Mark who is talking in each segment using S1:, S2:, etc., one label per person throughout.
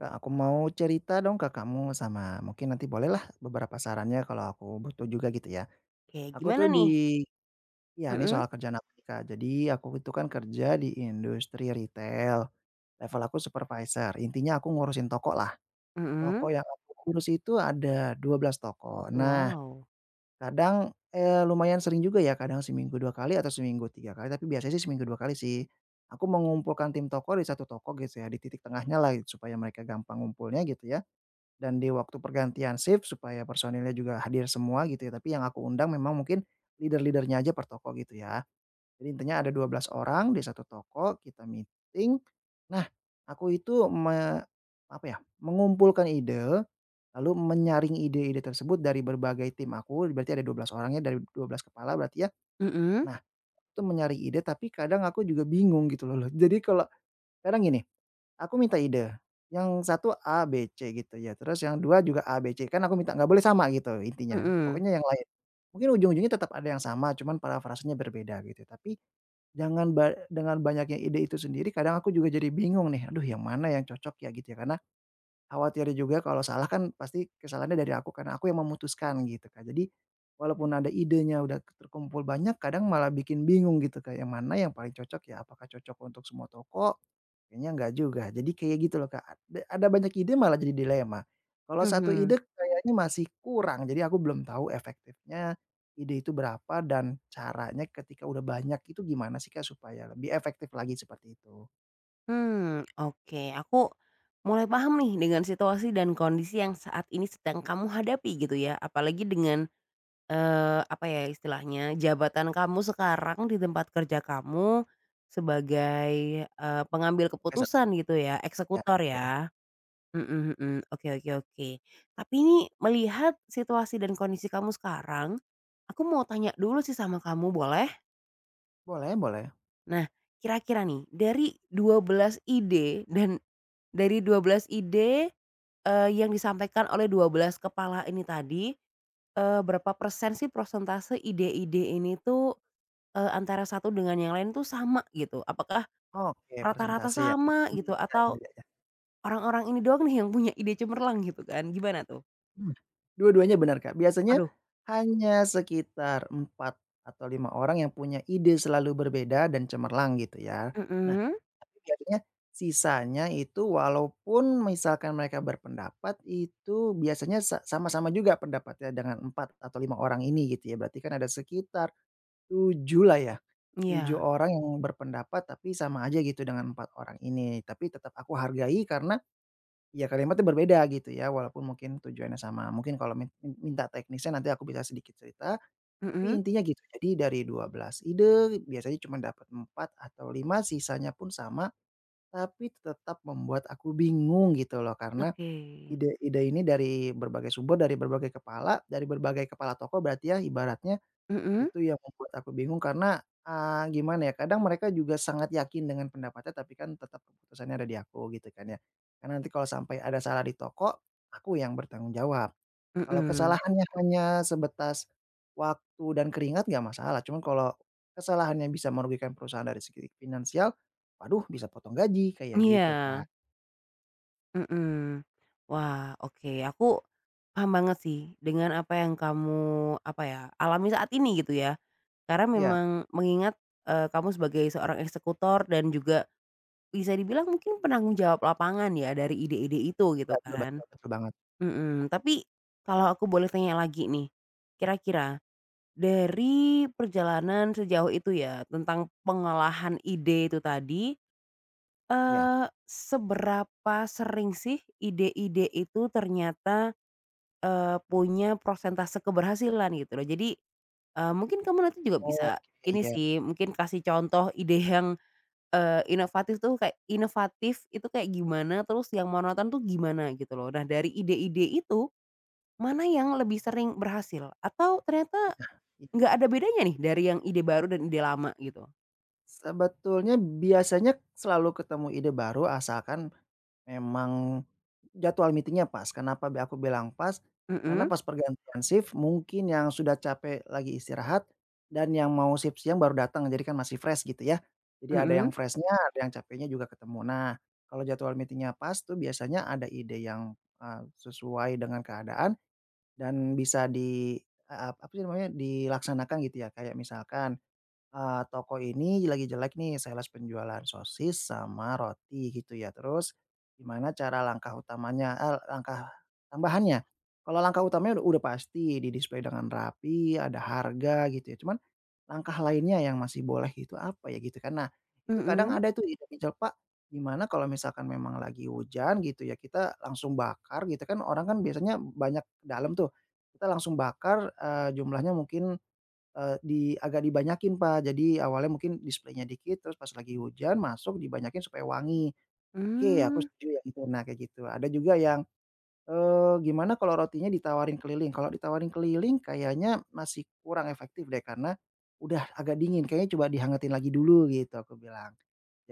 S1: Kak, aku mau cerita dong ke kamu sama mungkin nanti bolehlah beberapa sarannya kalau aku butuh juga gitu ya.
S2: Oke,
S1: Aku
S2: gimana
S1: tuh di
S2: nih?
S1: Ya, ini
S2: Mhm
S1: soal kerjaan aku nih, Kak. Jadi aku itu kan kerja di industri retail, level aku supervisor. Intinya aku ngurusin toko lah.
S2: mhm.
S1: Toko yang aku urus itu ada 12 toko. Nah,
S2: Wow.
S1: kadang, eh, lumayan sering juga ya, kadang seminggu dua kali atau seminggu tiga kali, tapi biasanya sih seminggu dua kali sih. Aku mengumpulkan tim toko di satu toko gitu ya, di titik tengahnya lah supaya mereka gampang ngumpulnya gitu ya, dan di waktu pergantian shift supaya personilnya juga hadir semua gitu ya, tapi yang aku undang memang mungkin leader leadernya aja per toko gitu ya. Jadi intinya ada 12 orang di satu toko, kita meeting. Nah, aku itu apa ya, mengumpulkan ide, lalu menyaring ide-ide tersebut dari berbagai tim aku, berarti ada 12 orangnya dari 12 kepala berarti ya.
S2: Mhm
S1: Nah, itu menyaring ide tapi kadang aku juga bingung gitu loh. Jadi kalau kadang gini, aku minta ide, yang satu A, B, C gitu ya, terus yang dua juga A, B, C, kan aku minta nggak boleh sama gitu intinya,
S2: mhm.
S1: pokoknya yang lain. Mungkin ujung-ujungnya tetap ada yang sama, cuman parafrasenya berbeda gitu, tapi jangan ba dengan banyaknya ide itu sendiri kadang aku juga jadi bingung nih, aduh yang mana yang cocok ya gitu ya, karena khawatir juga kalau salah kan pasti kesalahannya dari aku, karena aku yang memutuskan gitu, kan. Jadi, walaupun ada idenya udah terkumpul banyak kadang malah bikin bingung gitu, kayak yang mana yang paling cocok ya, apakah cocok untuk semua toko kayaknya enggak juga. Jadi kayak gitu loh, Kak, ada banyak ide malah jadi dilema. Kalau satu
S2: Mhm.
S1: ide kayaknya masih kurang, jadi aku belum tahu efektifnya ide itu berapa dan caranya ketika udah banyak itu gimana sih, Kak, supaya lebih efektif lagi seperti itu.
S2: Oke, aku mulai paham nih dengan situasi dan kondisi yang saat ini sedang kamu hadapi gitu ya. Apalagi dengan, apa ya istilahnya, jabatan kamu sekarang di tempat kerja kamu sebagai, pengambil
S1: Oke,
S2: keputusan gitu ya,
S1: ya,
S2: eksekutor
S1: heeh.
S2: ya? Mhm mhm. Oke oke oke. Tapi ini melihat situasi dan kondisi kamu sekarang, aku mau tanya dulu sih sama kamu boleh?
S1: Boleh boleh.
S2: Nah, kira-kira nih dari 12 ide dan dari 12 ide, yang disampaikan oleh 12 kepala ini tadi, berapa persen sih prosentase ide-ide ini tuh, antara satu dengan yang lain tuh sama gitu? Apakah
S1: Oke,
S2: rata-rata
S1: presentasi ya, Kak.
S2: sama
S1: Mmm,
S2: gitu
S1: ya
S2: atau
S1: ya ya.
S2: orang-orang ini doang nih yang punya ide cemerlang gitu kan? Gimana tuh?
S1: Mmm, Dua-duanya benar, Kak. Biasanya
S2: Aduh.
S1: hanya sekitar 4 atau 5 orang yang punya ide selalu berbeda dan cemerlang gitu ya. Nah,
S2: Mhm,
S1: tapi biasanya sisanya itu walaupun misalkan mereka berpendapat itu biasanya sama-sama juga pendapatnya dengan 4 atau 5 orang ini gitu ya. Berarti kan ada sekitar 7 lah ya, 7
S2: iya,
S1: orang yang berpendapat tapi sama aja gitu dengan 4 orang ini. Tapi tetap aku hargai karena iya kalimatnya berbeda gitu ya, walaupun mungkin tujuannya sama. Mungkin kalau minta teknisnya nanti aku bisa sedikit cerita, tapi
S2: mhm,
S1: intinya gitu. Jadi dari 12 ide biasanya cuma dapat 4 atau 5. Sisanya pun sama, tapi tetap membuat aku bingung gitu loh. Karena
S2: oke,
S1: ide-ide ini dari berbagai sumber, dari berbagai kepala toko. Berarti ya ibaratnya.
S2: mhm
S1: Itu yang membuat aku bingung karena, gimana ya, kadang mereka juga sangat yakin dengan pendapatnya, tapi kan tetap keputusannya ada di aku gitu kan ya. Karena nanti kalau sampai ada salah di toko, aku yang bertanggung jawab. Kalau
S2: mhm,
S1: kesalahannya hanya sebatas waktu dan keringat nggak masalah, cuman kalau kesalahannya bisa merugikan perusahaan dari segi finansial, waduh bisa potong gaji, kayak
S2: iya,
S1: gitu, kan.
S2: mhm. Wah, oke, aku paham banget sih dengan apa yang kamu, apa ya, alami saat ini gitu ya. Karena
S1: Iya,
S2: memang mengingat, kamu sebagai seorang eksekutor dan juga bisa dibilang mungkin penanggung jawab lapangan ya dari ide-ide itu gitu
S1: betul
S2: kan,
S1: betul betul banget.
S2: mhm. Tapi kalau aku boleh tanya lagi nih, kira-kira dari perjalanan sejauh itu ya, tentang pengolahan ide itu tadi,
S1: Iya.
S2: seberapa sering sih ide-ide itu ternyata, punya prosentase keberhasilan gitu loh. Jadi, mungkin kamu nanti juga bisa
S1: Oke,
S2: ini
S1: iya.
S2: sih, mungkin kasih contoh ide yang, inovatif tuh kayak inovatif itu kayak gimana, terus yang monoton tuh gimana gitu loh. Nah dari ide-ide itu, mana yang lebih sering berhasil? Atau ternyata
S1: Iya.
S2: nggak ada bedanya nih dari yang ide baru dan ide lama gitu?
S1: Sebetulnya biasanya selalu ketemu ide baru asalkan memang jadwal meeting-nya pas, kenapa aku bilang pas, karena
S2: Mhm
S1: pas pergantian shift mungkin yang sudah capek lagi istirahat dan yang mau shift siang baru datang, jadi kan masih fresh gitu ya. Jadi ada
S2: mhm
S1: yang freshnya, ada yang capeknya juga ketemu. Nah, kalau jadwal meetingnya pas tuh biasanya ada ide yang, sesuai dengan keadaan dan bisa apa sih namanya, dilaksanakan gitu ya. Kayak misalkan toko ini lagi jelek nih sales penjualan sosis sama roti gitu ya, terus gimana cara langkah utamanya langkah tambahannya? Kalau langkah utamanya udah pasti di-display dengan rapi, ada harga gitu ya, cuman langkah lainnya yang masih boleh itu apa ya gitu kan. Nah, itu kadang
S2: mhm,
S1: ada tuh ide-ide, Pak, gimana kalau misalkan memang lagi hujan gitu ya, kita langsung bakar gitu kan, orang kan biasanya banyak ke dalam tuh, kita langsung bakar, jumlahnya mungkin di agak dibanyakin, Pak. Jadi awalnya mungkin displaynya dikit, terus pas lagi hujan masuk dibanyakin supaya wangi. Oke, aku
S2: mmm,
S1: setuju yang itu. Nah, kayak gitu. Ada juga yang, gimana kalau rotinya ditawarin keliling? Kalau ditawarin keliling kayaknya masih kurang efektif deh, karena udah agak dingin, kayaknya coba dihangatin lagi dulu gitu, aku bilang.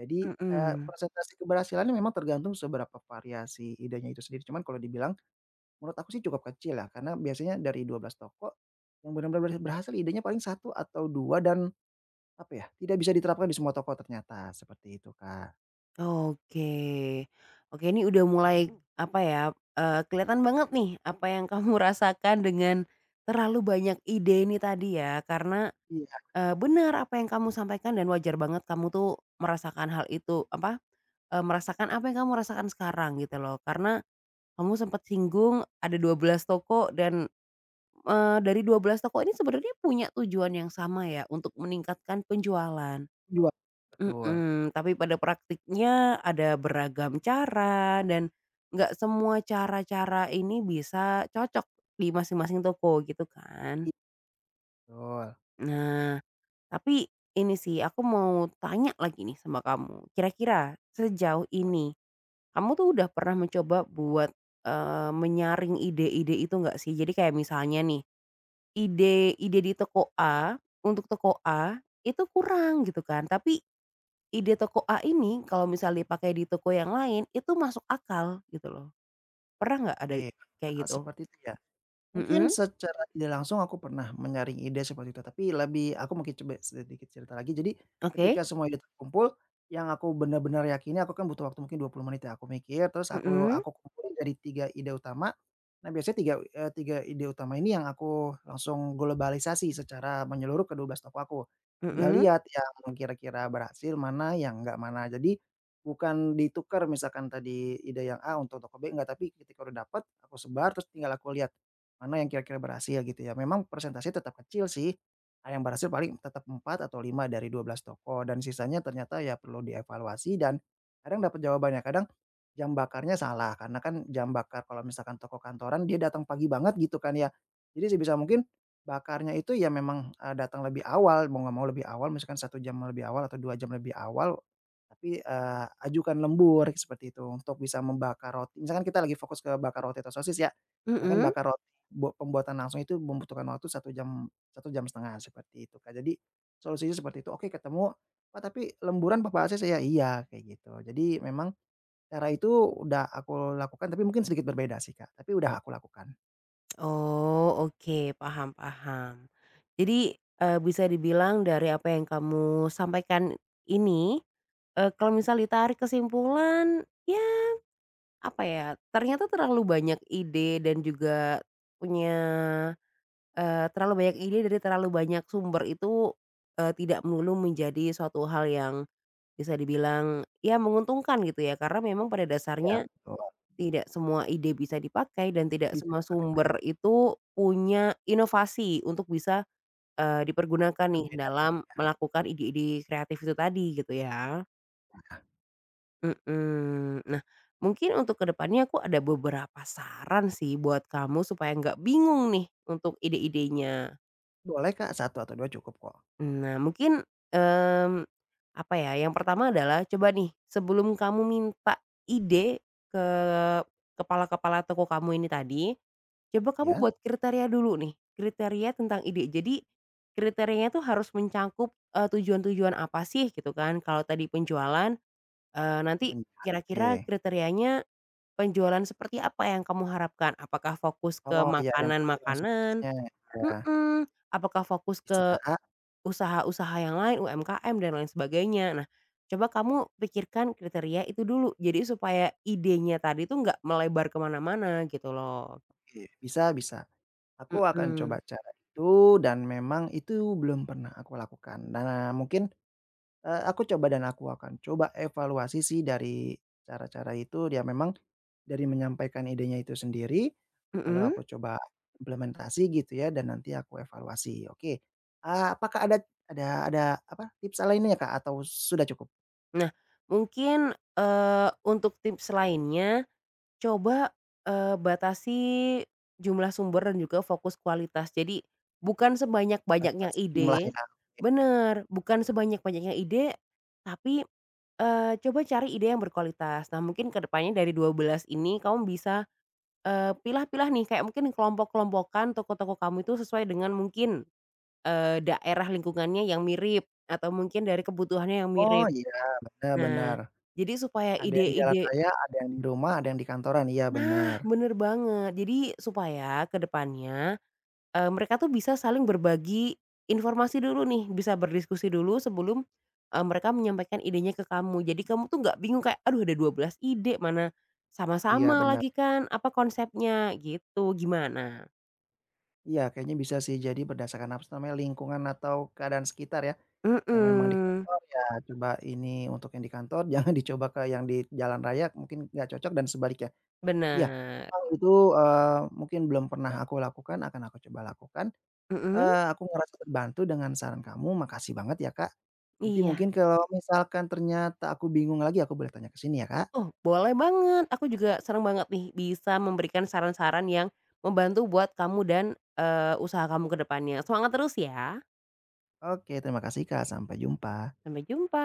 S1: Jadi,
S2: mhm.
S1: presentasi keberhasilannya memang tergantung seberapa variasi idenya itu sendiri. Cuman kalau dibilang menurut aku sih cukup kecil ya, karena biasanya dari 12 toko, yang benar-benar berhasil idenya paling satu atau 2 dan apa ya, tidak bisa diterapkan di semua toko ternyata, seperti itu Kak.
S2: Oke oke ini udah mulai apa ya, kelihatan banget nih apa yang kamu rasakan dengan terlalu banyak ide ini tadi ya karena,
S1: Iya,
S2: benar apa yang kamu sampaikan dan wajar banget kamu tuh merasakan hal itu apa, merasakan apa yang kamu rasakan sekarang gitu loh karena kamu sempat singgung ada 12 toko dan dari 12 toko ini sebenarnya punya tujuan yang sama ya untuk meningkatkan penjualan.
S1: jual betul,
S2: Mhm, tapi pada praktiknya ada beragam cara dan nggak semua cara-cara ini bisa cocok di masing-masing toko gitu kan.
S1: betul.
S2: Nah, tapi ini sih aku mau tanya lagi nih sama kamu, kira-kira sejauh ini kamu tuh udah pernah mencoba buat, menyaring ide-ide itu nggak sih? Jadi kayak misalnya nih ide ide di toko A, untuk toko A, itu kurang gitu kan, tapi ide toko A ini kalau misalnya dipakai di toko yang lain, itu masuk akal gitu loh. Pernah nggak ada
S1: Oke,
S2: kayak
S1: hal
S2: gitu?
S1: seperti itu ya. Mungkin
S2: Mhm,
S1: secara tidak langsung aku pernah menyaring ide seperti itu, tapi lebih aku mungkin coba sedikit cerita lagi. Jadi
S2: oke,
S1: ketika semua ide terkumpul, yang aku benar-benar yakini aku kan butuh waktu mungkin 20 menit ya, aku mikir terus aku
S2: mhm
S1: aku kumpulin dari 3 ide utama. Nah, biasanya 3 ide utama ini yang aku langsung globalisasi secara menyeluruh ke 12 toko aku. Tinggal
S2: mhm
S1: lihat yang kira-kira berhasil, mana yang enggak mana. Jadi bukan ditukar misalkan tadi ide yang A untuk toko B, enggak, tapi ketika udah dapat aku sebar terus tinggal aku lihat mana yang kira-kira berhasil gitu ya. Memang persentase tetap kecil sih, yang berhasil paling tetap 4 atau 5 dari 12 toko dan sisanya ternyata ya perlu dievaluasi dan kadang dapat jawabannya, kadang jam bakarnya salah karena kan jam bakar kalau misalkan toko kantoran dia datang pagi banget gitu kan ya. Jadi sebisa mungkin bakarnya itu ya memang, datang lebih awal, mau nggak mau lebih awal misalkan 1 jam lebih awal atau 2 jam lebih awal, tapi, ajukan lembur seperti itu untuk bisa membakar roti misalkan kita lagi fokus ke bakar roti atau sosis ya, karena kan
S2: mhm.
S1: bakar roti pembuatan langsung itu membutuhkan waktu 1 jam 1 jam setengah seperti itu, Kak. Jadi solusinya seperti itu, oke ketemu, "Pak, tapi lemburan papa ACC saya." "Iya," kayak gitu. Jadi memang cara itu udah aku lakukan tapi mungkin sedikit berbeda sih, Kak, tapi udah aku lakukan.
S2: Oh, oke, paham paham. Jadi, bisa dibilang dari apa yang kamu sampaikan ini, kalau misal ditarik kesimpulan, ya apa ya, ternyata terlalu banyak ide dan juga punya, terlalu banyak ide dari terlalu banyak sumber itu, tidak melulu menjadi suatu hal yang bisa dibilang, ya menguntungkan gitu ya. Karena memang pada
S1: Ya
S2: dasarnya
S1: betul,
S2: tidak semua ide bisa dipakai dan tidak
S1: bisa
S2: semua
S1: dipakai,
S2: sumber itu punya inovasi untuk bisa, dipergunakan nih
S1: berbeda.
S2: dalam melakukan ide-ide kreatif itu tadi gitu ya. Mhm. Nah, mungkin untuk kedepannya aku ada beberapa saran sih buat kamu supaya nggak bingung nih untuk ide-idenya.
S1: Boleh, Kak, satu atau dua cukup kok,
S2: Nah, mungkin, mmm, apa ya, yang pertama adalah coba nih sebelum kamu minta ide ke kepala-kepala toko kamu ini tadi, coba kamu
S1: ya.
S2: buat kriteria dulu nih, kriteria tentang ide. Jadi kriterianya tuh harus mencakup, tujuan-tujuan apa sih gitu kan. Kalau tadi penjualan, nanti
S1: Kepanjangan, oke.
S2: kira-kira kriterianya penjualan seperti apa yang kamu harapkan? Apakah fokus ke
S1: Oh iya yang pilihan
S2: makanan-makanan?
S1: suksesnya, ya
S2: Mhm, apakah fokus
S1: bisa,
S2: ke usaha-usaha yang lain, UMKM dan lain sebagainya? Nah, coba kamu pikirkan kriteria itu dulu, jadi supaya idenya tadi tuh nggak melebar kemana mana gitu loh.
S1: oke, bisa bisa. Aku akan coba
S2: Mhm,
S1: cara itu dan memang itu belum pernah aku lakukan. Nah, mungkin, aku coba dan aku akan coba evaluasi sih dari cara-cara itu, ya memang dari menyampaikan idenya itu sendiri, lalu
S2: mhm.
S1: aku coba implementasi gitu ya dan nanti aku evaluasi. Oke, apakah ada ada apa, tips lainnya Kak atau sudah cukup?
S2: Nah, mungkin, untuk tips lainnya coba, batasi jumlah sumber dan juga fokus kualitas. Jadi bukan sebanyak-banyaknya
S1: Batasi jumlah
S2: ide
S1: ya, oke.
S2: bener, bukan sebanyak-banyaknya ide, tapi, coba cari ide yang berkualitas. Nah mungkin kedepannya dari 12 ini kamu bisa, pilah-pilah nih kayak mungkin kelompok-kelompokan toko-toko kamu itu sesuai dengan mungkin, daerah lingkungannya yang mirip atau mungkin dari kebutuhannya yang
S1: Oh
S2: mirip.
S1: iya,
S2: Nah,
S1: benar-benar.
S2: jadi supaya
S1: Ada yang di jalan
S2: ide-ide.
S1: raya, ada yang di rumah, ada yang di kantoran, iya
S2: Nah,
S1: benar.
S2: bener banget. Jadi supaya ke depannya, mereka tuh bisa saling berbagi informasi dulu nih, bisa berdiskusi dulu sebelum, mereka menyampaikan idenya ke kamu. Jadi kamu tuh nggak bingung kayak, "Aduh ada 12 ide, mana
S1: Iya
S2: sama-sama
S1: benar.
S2: lagi kan, apa konsepnya?" Gitu, gimana?
S1: Iya, kayaknya bisa sih. Jadi berdasarkan apa sih namanya, lingkungan atau keadaan sekitar ya, yang memang di
S2: Mhm,
S1: kantor ya coba ini untuk yang di kantor, jangan dicoba ke yang di jalan raya mungkin nggak cocok dan sebaliknya. Iya,
S2: bener.
S1: memang itu, mungkin belum pernah aku lakukan, akan aku coba lakukan.
S2: Mhm,
S1: Aku ngerasa terbantu dengan saran kamu, makasih banget ya, Kak. Nanti
S2: iya.
S1: mungkin kalau misalkan ternyata aku bingung lagi, aku boleh tanya ke sini ya, Kak?
S2: Oh, boleh banget. Aku juga seneng banget nih bisa memberikan saran-saran yang membantu buat kamu dan, usaha kamu ke depannya. Semangat terus ya.
S1: Oke, terima kasih, Kak. Sampai jumpa.
S2: Sampai jumpa.